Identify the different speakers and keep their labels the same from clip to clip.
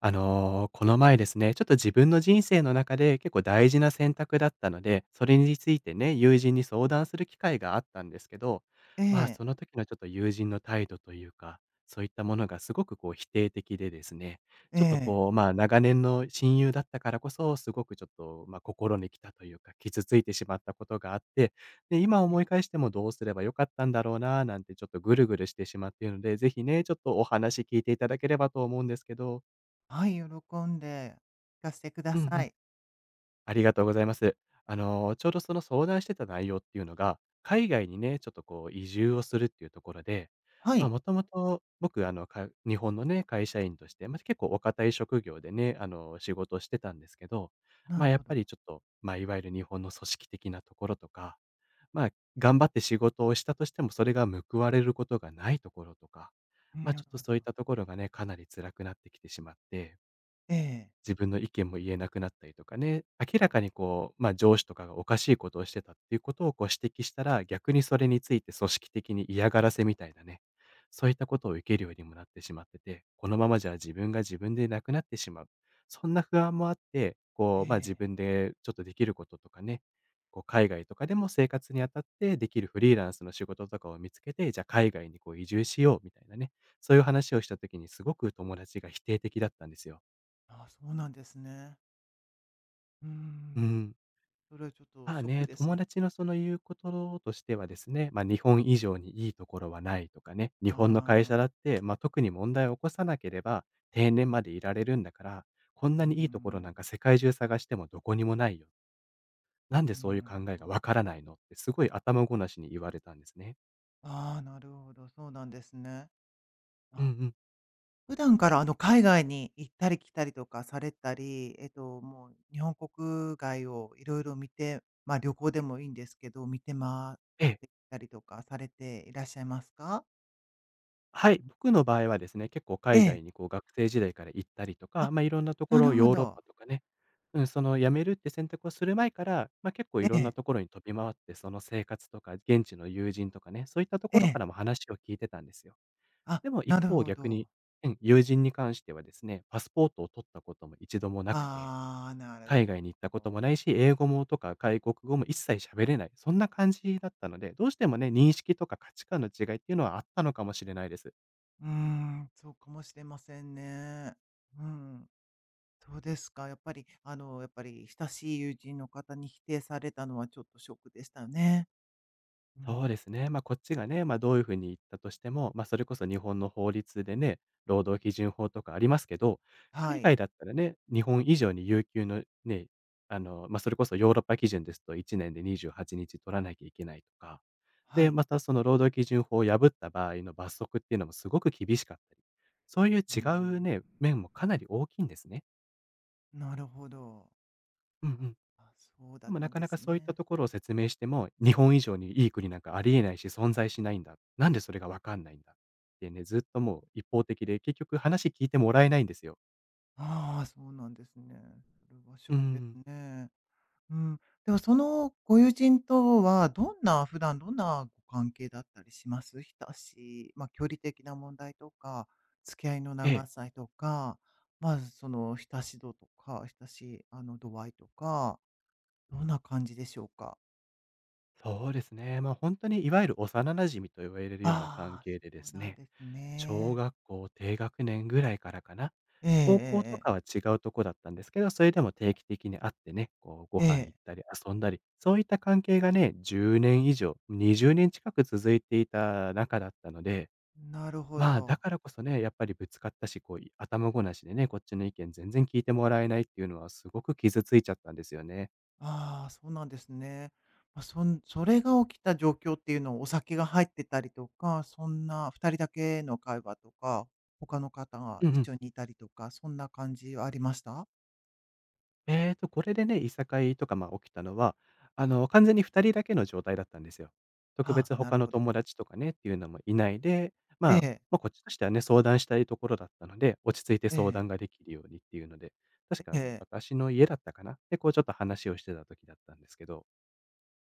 Speaker 1: この前ですね、ちょっと自分の人生の中で結構大事な選択だったので、それについてね、友人に相談する機会があったんですけど、
Speaker 2: え
Speaker 1: まあ、
Speaker 2: え、
Speaker 1: その時のちょっと友人の態度というか、そういったものがすごくこう否定的でですね、
Speaker 2: え
Speaker 1: ちょっと
Speaker 2: え。
Speaker 1: こう、まあ、長年の親友だったからこそ、すごくちょっと、まあ、心に来たというか、傷ついてしまったことがあって、で、今思い返してもどうすればよかったんだろうな、なんてちょっとぐるぐるしてしまっているので、ぜひね、ちょっとお話聞いていただければと思うんですけど、
Speaker 2: はい、喜んで聞かせてくだ
Speaker 1: うんう
Speaker 2: さ
Speaker 1: ん、
Speaker 2: い。
Speaker 1: ありがとうございます。ちょうどその相談してた内容っていうのが、海外にね、ちょっとこう移住をするっていうところで、
Speaker 2: は
Speaker 1: まあ、
Speaker 2: い、
Speaker 1: もともと僕、日本のね、会社員として、まあ、結構お堅い職業でね、仕事をしてたんですけど、
Speaker 2: な
Speaker 1: ま
Speaker 2: る
Speaker 1: あ、や
Speaker 2: ほ
Speaker 1: っぱ
Speaker 2: ど。
Speaker 1: りちょっと、まあ、いわゆる日本の組織的なところとか、まあ、頑張って仕事をしたとしても、それが報われることがないところとか、
Speaker 2: う
Speaker 1: ま
Speaker 2: ん、
Speaker 1: あ、
Speaker 2: な
Speaker 1: ちょ
Speaker 2: る
Speaker 1: っと
Speaker 2: ほど。
Speaker 1: そういったところがね、かなり辛くなってきてしまって、
Speaker 2: ええ、
Speaker 1: 自分の意見も言えなくなったりとかね、明らかにこう、まあ、上司とかがおかしいことをしてたっていうことをこう指摘したら、逆にそれについて組織的に嫌がらせみたいなね、そういったことを受けるようにもなってしまってて、このままじゃ自分が自分でなくなってしまう。そんな不安もあって、こ
Speaker 2: え
Speaker 1: う、まあ、自
Speaker 2: え。
Speaker 1: 分でちょっとできることとかね、こう海外とかでも生活にあたってできるフリーランスの仕事とかを見つけて、じゃあ海外にこう移住しようみたいなね、そういう話をした時にすごく友達が否定的だったんですよ。
Speaker 2: ああ、そうなんですね。うー
Speaker 1: う
Speaker 2: ん、
Speaker 1: ん。
Speaker 2: それはちょっと
Speaker 1: まあ
Speaker 2: ショック
Speaker 1: ね、
Speaker 2: ですね。
Speaker 1: 友達のその言うこととしてはですね、まあ、日本以上にいいところはないとかね、日本の会社
Speaker 2: ああ、
Speaker 1: だって、まあ、特に問題を起こさなければ定年までいられるんだから、こん
Speaker 2: うー
Speaker 1: なにいいところな
Speaker 2: ん、
Speaker 1: んか世界中探してもどこにもないよ。なんでそういう
Speaker 2: な
Speaker 1: 考
Speaker 2: る
Speaker 1: えが
Speaker 2: ほど。
Speaker 1: わからないのってすごい頭ごなしに言われたんですね。
Speaker 2: ああ、なるほど、そうなんですね。
Speaker 1: うんう
Speaker 2: あ、
Speaker 1: ん。
Speaker 2: 普段からあの海外に行ったり来たりとかされたり、もう日本国外をいろいろ見て、まあ旅行でもいいんですけど、見て回っ
Speaker 1: ええ。
Speaker 2: てきたりとかされていらっしゃいますか？
Speaker 1: はい、僕の場合はですね、結構
Speaker 2: え
Speaker 1: 海
Speaker 2: え。
Speaker 1: 外にこう学生時代から行ったりと
Speaker 2: あ、
Speaker 1: か、まあ、いろんなとこ
Speaker 2: なる
Speaker 1: ろ、
Speaker 2: ほ
Speaker 1: ヨーロッ
Speaker 2: ど。
Speaker 1: パとかね、うん、その辞めるって選択をする前から、まあ、結構
Speaker 2: え
Speaker 1: いろんな
Speaker 2: え、
Speaker 1: ところに飛び回って、その生活とか現地の友人とかね、そういったと
Speaker 2: え
Speaker 1: ころか
Speaker 2: え。
Speaker 1: らも話を聞いてたんですよ。
Speaker 2: あ、
Speaker 1: でも一
Speaker 2: なる
Speaker 1: 方
Speaker 2: ほ
Speaker 1: 逆に、
Speaker 2: ど。
Speaker 1: うん、友人に関してはですね、パスポートを取ったことも一度もなくて、
Speaker 2: ああ、なる
Speaker 1: 海
Speaker 2: ほ
Speaker 1: 外に行ったこともな
Speaker 2: ど。
Speaker 1: いし、英語もとか外国語も一切喋れない、そんな感じだったので、どうしてもね、認識とか価値観の違いっていうのはあったのかもしれないです。
Speaker 2: うーん、そうかもしれませんね。うん、そうですか。やっぱり、あの、やっぱり親しい友人の方に否定されたのはちょっとショックでしたよね。う
Speaker 1: そ
Speaker 2: ん。
Speaker 1: うですね。まあ、こっちがね、まあ、どういうふうに言ったとしても、まあ、それこそ日本の法律でね、労働基準法とかありますけど、
Speaker 2: は
Speaker 1: 海
Speaker 2: い。
Speaker 1: 外だったらね、日本以上に有給のね、まあ、それこそヨーロッパ基準ですと1年で28日取らなきゃいけないとか、
Speaker 2: は
Speaker 1: で、
Speaker 2: い。
Speaker 1: またその労働基準法を破った場合の罰則っていうのもすごく厳しかったり、そういう
Speaker 2: うん
Speaker 1: 違
Speaker 2: う
Speaker 1: う
Speaker 2: ん。
Speaker 1: ね、面もかなり大きいんですね。
Speaker 2: うん、なるほど。
Speaker 1: うんう
Speaker 2: あ、
Speaker 1: ん。
Speaker 2: あ、そうだ
Speaker 1: で
Speaker 2: っ
Speaker 1: も
Speaker 2: た
Speaker 1: な
Speaker 2: ん
Speaker 1: か
Speaker 2: で
Speaker 1: な
Speaker 2: す
Speaker 1: かそういった
Speaker 2: ね。
Speaker 1: ところを説明しても、日本以上にいい国なんかありえないし、存在しないんだ。なんでそれがわかんないんだ。ってね、ずっともう一方的で、結局話聞いてもらえないんですよ。
Speaker 2: ああ、そうなんですね。それはショ
Speaker 1: う
Speaker 2: ックです
Speaker 1: ん。
Speaker 2: ね。うん。では、そのご友人とはどんな普段どんなご関係だったりします？親しい、まあ、距離的な問題とか、付き合いの
Speaker 1: え
Speaker 2: 長
Speaker 1: え、
Speaker 2: さとか、まあ、その親し度とか、親しい、あの、度合いとか、どんな感じでしょうか？
Speaker 1: そうですね。まあ、本当にいわゆる幼馴染と言われるような関
Speaker 2: ああ、そ
Speaker 1: 係でで
Speaker 2: う
Speaker 1: す
Speaker 2: なん
Speaker 1: ね、
Speaker 2: です
Speaker 1: 小
Speaker 2: ね。
Speaker 1: 学校低学年ぐらいからかな。
Speaker 2: えええ
Speaker 1: 高校
Speaker 2: え
Speaker 1: と
Speaker 2: え
Speaker 1: か
Speaker 2: え。
Speaker 1: は違うとこだったんですけど、それでも定期的に会ってね、こうご
Speaker 2: え
Speaker 1: 飯行
Speaker 2: え。
Speaker 1: ったり遊んだり、そういった関係がね、10年以上、20年近く続いていた仲だったので、
Speaker 2: なるほ
Speaker 1: まあ、だ
Speaker 2: ど。
Speaker 1: からこそね、やっぱりぶつかったし、こうい頭ごなしでね、こっちの意見全然聞いてもらえないっていうのはすごく傷ついちゃったんですよね。
Speaker 2: ああ、そうなんですね。まあ、それが起きた状況っていうのは、お酒が入ってたりとか、そんな2人だけの会話とか、他の方が
Speaker 1: うんう
Speaker 2: 一
Speaker 1: ん。
Speaker 2: 緒にいたりとか、そんな感じはありました？
Speaker 1: これでね、いさかいとか、ま、起きたのは、完全に2人だけの状態だったんですよ。特
Speaker 2: ああ、
Speaker 1: 別
Speaker 2: なる
Speaker 1: 他の
Speaker 2: ほど。
Speaker 1: 友達とかねっていうのもいないで、ま
Speaker 2: え
Speaker 1: あ、
Speaker 2: え、
Speaker 1: まあ、こっちとしてはね、相談したいところだったので、落ち着いて
Speaker 2: え
Speaker 1: 相
Speaker 2: え、
Speaker 1: 談ができるようにっていうので、確
Speaker 2: え
Speaker 1: か
Speaker 2: え。
Speaker 1: 私の家だったかな？で、こうちょっと話をしてた時だったんですけど、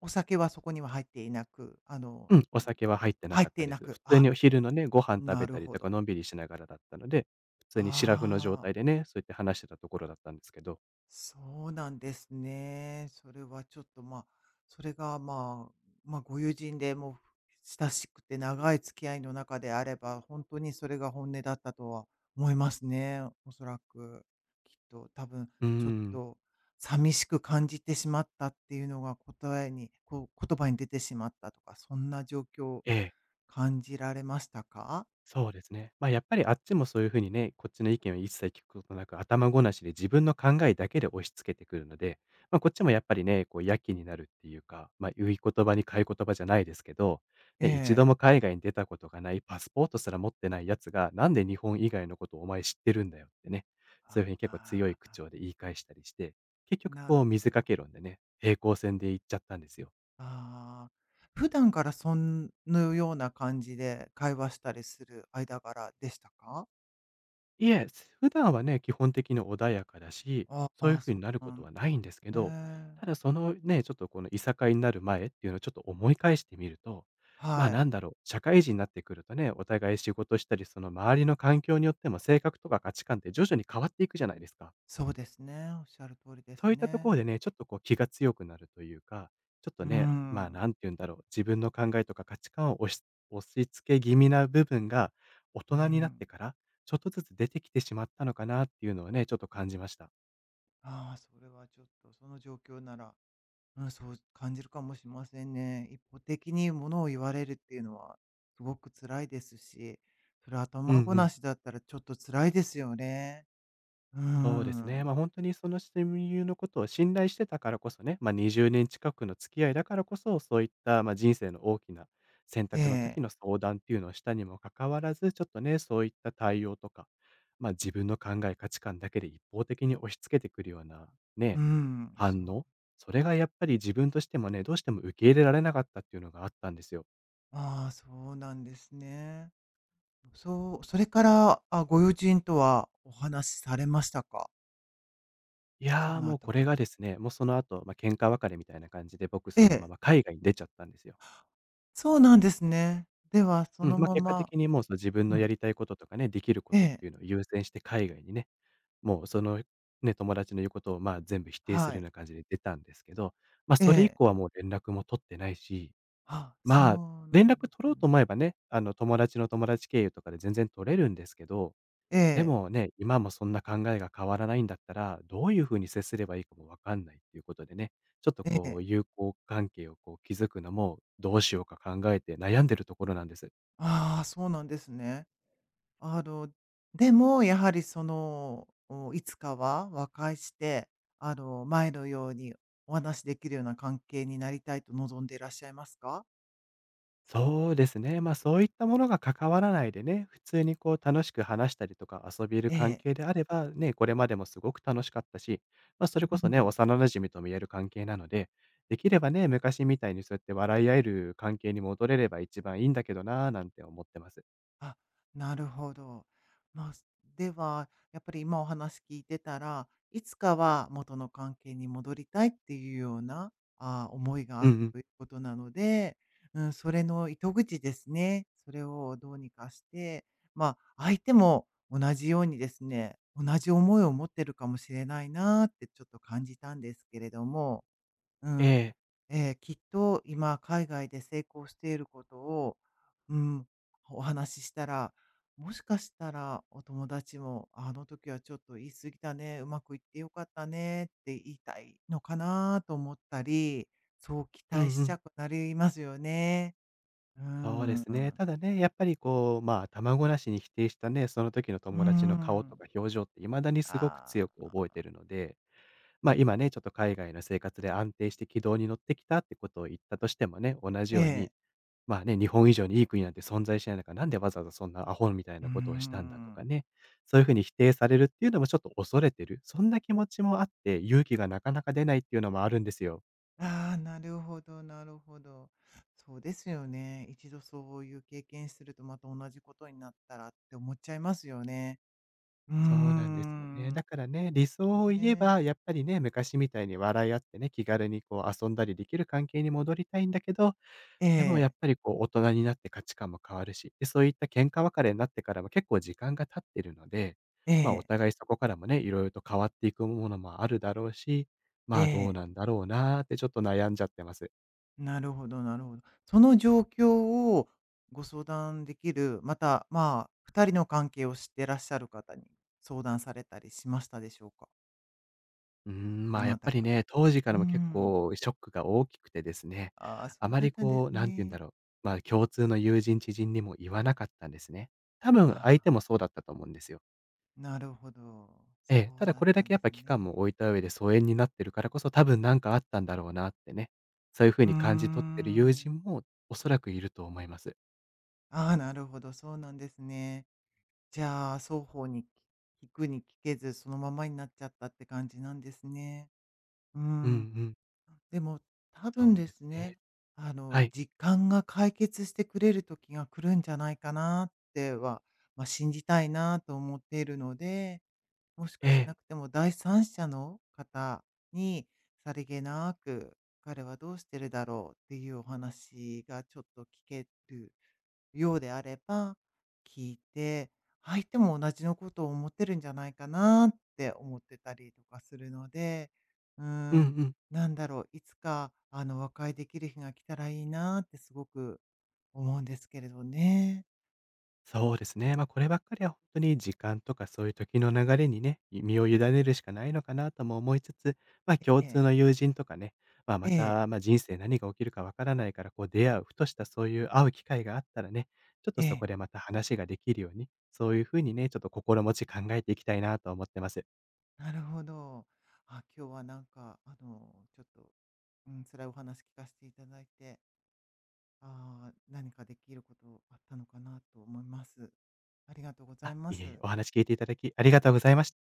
Speaker 2: お酒はそこには入っていなく、あの、
Speaker 1: うん、
Speaker 2: う
Speaker 1: お
Speaker 2: ん、
Speaker 1: 酒は入ってな
Speaker 2: 入っ
Speaker 1: かっ
Speaker 2: て
Speaker 1: た
Speaker 2: い
Speaker 1: で
Speaker 2: な
Speaker 1: す。普
Speaker 2: く、
Speaker 1: 通
Speaker 2: あ、
Speaker 1: にお昼のね、ご飯食
Speaker 2: な
Speaker 1: べ
Speaker 2: る
Speaker 1: たり
Speaker 2: ほ
Speaker 1: とか
Speaker 2: ど。
Speaker 1: のんびりしながらだったので、普通にシラフの状
Speaker 2: ああ。
Speaker 1: 態でね、そうやって話してたところだったんですけど。
Speaker 2: そうなんですね。それはちょっと、まあ、それが、まあ、まあ、ご友人でもう親しくて長い付き合いの中であれば、本当にそれが本音だったとは思いますね。おそらく。きっと、多分、
Speaker 1: うー
Speaker 2: ちょっ
Speaker 1: ん、
Speaker 2: と、寂しく感じてしまったっていうのが答えに、こう、言葉に出てしまったとか、そんな状況を
Speaker 1: ええ。
Speaker 2: 感じられましたか。
Speaker 1: そうですね。ま、やっぱりあっちもそういうふうにね、こっちの意見を一切聞くことなく、頭ごなしで自分の考えだけで押し付けてくるので、ま、こっちもやっぱりね、こうやきになるっていうか、ま、言い言葉に買い言葉じゃないですけど、
Speaker 2: え
Speaker 1: ね、一度
Speaker 2: え。
Speaker 1: も海外に出たことがない、パスポートすら持ってないやつが、なんで日本以外のことをお前知ってるんだよってね、そうい
Speaker 2: あ
Speaker 1: うふうに結構強い口
Speaker 2: あ、
Speaker 1: 調で言い返したりして、結局
Speaker 2: なる
Speaker 1: こう
Speaker 2: ほ
Speaker 1: 水掛
Speaker 2: ど。
Speaker 1: け論でね、平行線で行っちゃったんですよ。
Speaker 2: ああ、普段からそのような感じで会話したりする間柄でしたか？
Speaker 1: いえ、普段はね、基本的に穏やかだし、
Speaker 2: あ
Speaker 1: そうい
Speaker 2: あ
Speaker 1: う
Speaker 2: ー、
Speaker 1: 風に
Speaker 2: そ
Speaker 1: なる
Speaker 2: う
Speaker 1: こ
Speaker 2: なん
Speaker 1: と
Speaker 2: で
Speaker 1: はないんですけ
Speaker 2: す
Speaker 1: ど、
Speaker 2: ね。
Speaker 1: ただそのね、ちょっとこのいさかいになる前っていうのをちょっと思い返してみると、まあ、
Speaker 2: はい、
Speaker 1: なんだろう、社会人になってくるとね、お互い仕事したり、その周りの環境によっても性格とか価値観って徐々に変わっていくじゃないですか。
Speaker 2: そうですね、おっしゃる通りです
Speaker 1: そういったとこ
Speaker 2: ね。
Speaker 1: ろでね、ちょっとこう気が強くなるというか、ちょっ
Speaker 2: う
Speaker 1: とね、まあ、
Speaker 2: ん、
Speaker 1: なんて言うんだろう、自分の考えとか価値観を押し付け気味な部分が、大
Speaker 2: う
Speaker 1: 人になっ
Speaker 2: ん。
Speaker 1: てから、ちょっとずつ出てきてしまったのかなっていうのをね、ちょっと感じました。
Speaker 2: ああ、それはちょっとその状況なら、うん、そう感じるかもしれませんね。一方的にものを言われるっていうのはすごく辛いですし、それ頭
Speaker 1: うんう
Speaker 2: ごな
Speaker 1: ん。
Speaker 2: しだったらちょっと辛いですよね。う
Speaker 1: そうですね。
Speaker 2: ん。
Speaker 1: まあ、本当にその親友のことを信頼してたからこそね、ま、20年近くの付き合いだからこそ、そういった、ま、人生の大きな選
Speaker 2: え
Speaker 1: 択の時
Speaker 2: え。
Speaker 1: の相談っていうのをしたにもかかわらず、ちょっとね、そういった対応とか、ま、自分の考え、価値観だけで一方的に押し付けてくるような、
Speaker 2: う
Speaker 1: ね、
Speaker 2: ん、そ
Speaker 1: 反
Speaker 2: う。
Speaker 1: 応、それがやっぱり自分としてもね、どうしても受け入れられなかったっていうのがあったんですよ。
Speaker 2: ああ、そうなんですね。そう、それから、あ、ご友人とはお話しされましたか？
Speaker 1: い
Speaker 2: そ
Speaker 1: や、
Speaker 2: の
Speaker 1: もう
Speaker 2: 後
Speaker 1: こ
Speaker 2: か
Speaker 1: れが
Speaker 2: ら。
Speaker 1: ですね、もうその後、喧嘩別れみたいな感じで、僕
Speaker 2: え
Speaker 1: そのま
Speaker 2: え、
Speaker 1: ま海外に出ちゃったんですよ。
Speaker 2: そうなんですね。では、そ
Speaker 1: うん、
Speaker 2: の
Speaker 1: まあ、
Speaker 2: ま
Speaker 1: 結果
Speaker 2: ま、
Speaker 1: 的にもうその自分
Speaker 2: う
Speaker 1: のや
Speaker 2: ん、
Speaker 1: りたいこととかね、できるこ
Speaker 2: え
Speaker 1: とっ
Speaker 2: え、
Speaker 1: ていうのを優先して海外にね、もうそのね、友達の言うことを、まあ、全部否定す
Speaker 2: は
Speaker 1: るよう
Speaker 2: い、
Speaker 1: な感じで出たんですけど、
Speaker 2: え
Speaker 1: それ以
Speaker 2: え、
Speaker 1: 降はもう連絡も取ってないし、
Speaker 2: あ、そ
Speaker 1: まあ、
Speaker 2: うな
Speaker 1: 連
Speaker 2: んで
Speaker 1: 絡取
Speaker 2: す
Speaker 1: ろうと思
Speaker 2: ね。
Speaker 1: えばね、友達の友達経由とかで全然取れるんですけど、
Speaker 2: え
Speaker 1: で
Speaker 2: え、
Speaker 1: もね、今もそんな考えが変わらないんだったら、どういうふうに接すればいいかも分かんないっていうことでね、ちょっと
Speaker 2: え
Speaker 1: こう
Speaker 2: え、
Speaker 1: 友好関係をこう築くのもどうしようか考えて悩んでるところなんです。
Speaker 2: ああ、そうなんですね。あの、でもやはりその、おいつかは和解して、あの、前のようにお話しできるような関係になりたいと望んでいらっしゃいますか？
Speaker 1: そうですね。まあ、そういったものが関わらないでね、普通にこう楽しく話したりとか遊びる
Speaker 2: え
Speaker 1: 関
Speaker 2: え。
Speaker 1: 係であれば、ね、これまでもすごく楽しかったし、まあ、それこ
Speaker 2: う
Speaker 1: そね、
Speaker 2: ん。
Speaker 1: 幼馴染とも言える関係なので、できればね、昔みたいにそうやって笑い合える関係に戻れれば一番いいんだけどなぁなんて思ってます。
Speaker 2: あ、なるほど。まあ、すでは、やっぱり今お話聞いてたら、いつかは元の関係に戻りたいっていうような、ああ、思いがあ
Speaker 1: うんう
Speaker 2: る
Speaker 1: ん。
Speaker 2: ということなので、うん、それの糸口ですね。それをどうにかして、まあ、相手も同じようにですね、同じ思いを持ってるかもしれないなーってちょっと感じたんですけれども、う
Speaker 1: え
Speaker 2: ん、
Speaker 1: え。
Speaker 2: えーきっと今海外で成功していることを、うん、お話ししたら、もしかしたらお友達も、あの時はちょっと言い過ぎたね、うまくいってよかったねって言いたいのかなと思ったり、そう期
Speaker 1: うんう
Speaker 2: 待しち
Speaker 1: ん。
Speaker 2: ゃくなりますよね。うー
Speaker 1: そうですね。
Speaker 2: ん。
Speaker 1: ただね、やっぱりこう、まあ、卵なしに否定したね、その時の
Speaker 2: うー
Speaker 1: 友達の顔と
Speaker 2: ん。
Speaker 1: か表情って未だにすごく
Speaker 2: あ
Speaker 1: 強く覚えて
Speaker 2: あ、
Speaker 1: るので、まあ、今ね、ちょっと海外の生活で安定して軌道に乗ってきたってことを言ったとしてもね、同じ
Speaker 2: え
Speaker 1: ように、
Speaker 2: え。
Speaker 1: まあね、日本以上にいい国なんて存在しない中、なんでわざわざそんなアホみたい
Speaker 2: うー
Speaker 1: なことをしたんだとか
Speaker 2: ん。
Speaker 1: ね、そういうふうに否定されるっていうのもちょっと恐れてる、そんな気持ちもあって、勇気がなかなか出ないっていうのもあるんですよ。
Speaker 2: ああ、なるほどなるほど。そうですよね。一度そういう経験するとまた同じことになったらって思っちゃいますよね。うー
Speaker 1: そうなんですよね。
Speaker 2: ん。
Speaker 1: だからね、理想を言え
Speaker 2: ね。
Speaker 1: ば、やっぱりね、昔みたいに笑い合ってね、気軽にこう遊んだりできる関係に戻りたいんだけど、
Speaker 2: え
Speaker 1: でもやっ
Speaker 2: え、
Speaker 1: ぱりこう大人になって価値観も変わるし、で、そういった喧嘩別れになってからも結構時間が経ってるので、
Speaker 2: え
Speaker 1: まあ、お
Speaker 2: え、
Speaker 1: 互いそこからもね、いろいろと変わっていくものもあるだろうし、
Speaker 2: え
Speaker 1: まあ、どう
Speaker 2: え。
Speaker 1: なんだろうなーってちょっと悩んじゃってます。
Speaker 2: なるほどなるほど。その状況をご相談できる、また、まあ、2人の関係を知ってらっしゃる方に相談されたりしましたでしょうか？
Speaker 1: うーん、ま
Speaker 2: ど
Speaker 1: あ、や
Speaker 2: な
Speaker 1: っぱ
Speaker 2: た
Speaker 1: り
Speaker 2: か。
Speaker 1: ね、当時か
Speaker 2: うー
Speaker 1: らも結
Speaker 2: ん。
Speaker 1: 構ショックが大きくてですね、
Speaker 2: ああ、そ
Speaker 1: あ
Speaker 2: う
Speaker 1: ま
Speaker 2: だっ
Speaker 1: り
Speaker 2: たんで
Speaker 1: こう、
Speaker 2: す
Speaker 1: なんて言うんだ
Speaker 2: ね。
Speaker 1: ろう、まあ、共通の友人、知人にも言わなかったんですね。多
Speaker 2: あ
Speaker 1: 分相
Speaker 2: あ。
Speaker 1: 手もそうだったと思うんですよ。
Speaker 2: なるほど。
Speaker 1: ええ、
Speaker 2: そ
Speaker 1: た
Speaker 2: う
Speaker 1: だ
Speaker 2: だ
Speaker 1: こ
Speaker 2: っ
Speaker 1: れ
Speaker 2: た
Speaker 1: だ
Speaker 2: ん
Speaker 1: け
Speaker 2: で
Speaker 1: やっぱ
Speaker 2: す
Speaker 1: 期間
Speaker 2: ね。
Speaker 1: も置いた上で疎遠になってるからこそ、多分なんかあったんだろうなってね、そういう風
Speaker 2: うー
Speaker 1: に感じ取ってる友
Speaker 2: ん。
Speaker 1: 人もおそらくいると思います。
Speaker 2: ああ、なるほど、そうなんですね。じゃあ、双方に聞くに聞けず、そのままになっちゃったって感じなんですね。う
Speaker 1: うんう
Speaker 2: ん。
Speaker 1: ん、
Speaker 2: でも、多
Speaker 1: そ
Speaker 2: 分
Speaker 1: う
Speaker 2: で
Speaker 1: です
Speaker 2: すね、
Speaker 1: ね。
Speaker 2: あの、
Speaker 1: はい。
Speaker 2: 時間が解決してくれる時が来るんじゃないかなっては、まあ、信じたいなと思っているので、もし
Speaker 1: え
Speaker 2: かし
Speaker 1: え。
Speaker 2: なくても、第三者の方にさりげなく、彼はどうしてるだろうっていうお話がちょっと聞けるようであれば、聞いて、相手も同じのことを思ってるんじゃないかなって思ってたりとかするので、う
Speaker 1: うん
Speaker 2: ー
Speaker 1: う
Speaker 2: ん、
Speaker 1: ん、
Speaker 2: なんだろう、いつか、あの、和解できる日が来たらいいなってすごく思うんですけれどね。
Speaker 1: そうですね。こればっかりは本当に時間とかそういう時の流れにね、身を委ねるしかないのかなとも思いつつ、共
Speaker 2: え
Speaker 1: 通
Speaker 2: え、
Speaker 1: の友人とかね、ま、
Speaker 2: え
Speaker 1: ま
Speaker 2: え、
Speaker 1: た、ま、人生何が起きるかわからないから、こう出会う、ふとしたそういう会う機会があったらね、ちょっ
Speaker 2: え
Speaker 1: とそ
Speaker 2: え。
Speaker 1: こでまた話ができるように、そういうふうにね、ちょっと心持ち考えていきたいなと思ってます。
Speaker 2: なるほど。あ、今日はなんか、あの、ちょっと、うん、辛いお話聞かせていただいて、ああ、何かできることあったのかなと思います。ありがとうござい
Speaker 1: あ、
Speaker 2: ま
Speaker 1: いえいえ、
Speaker 2: す。
Speaker 1: お話聞いていただきありがとうございました。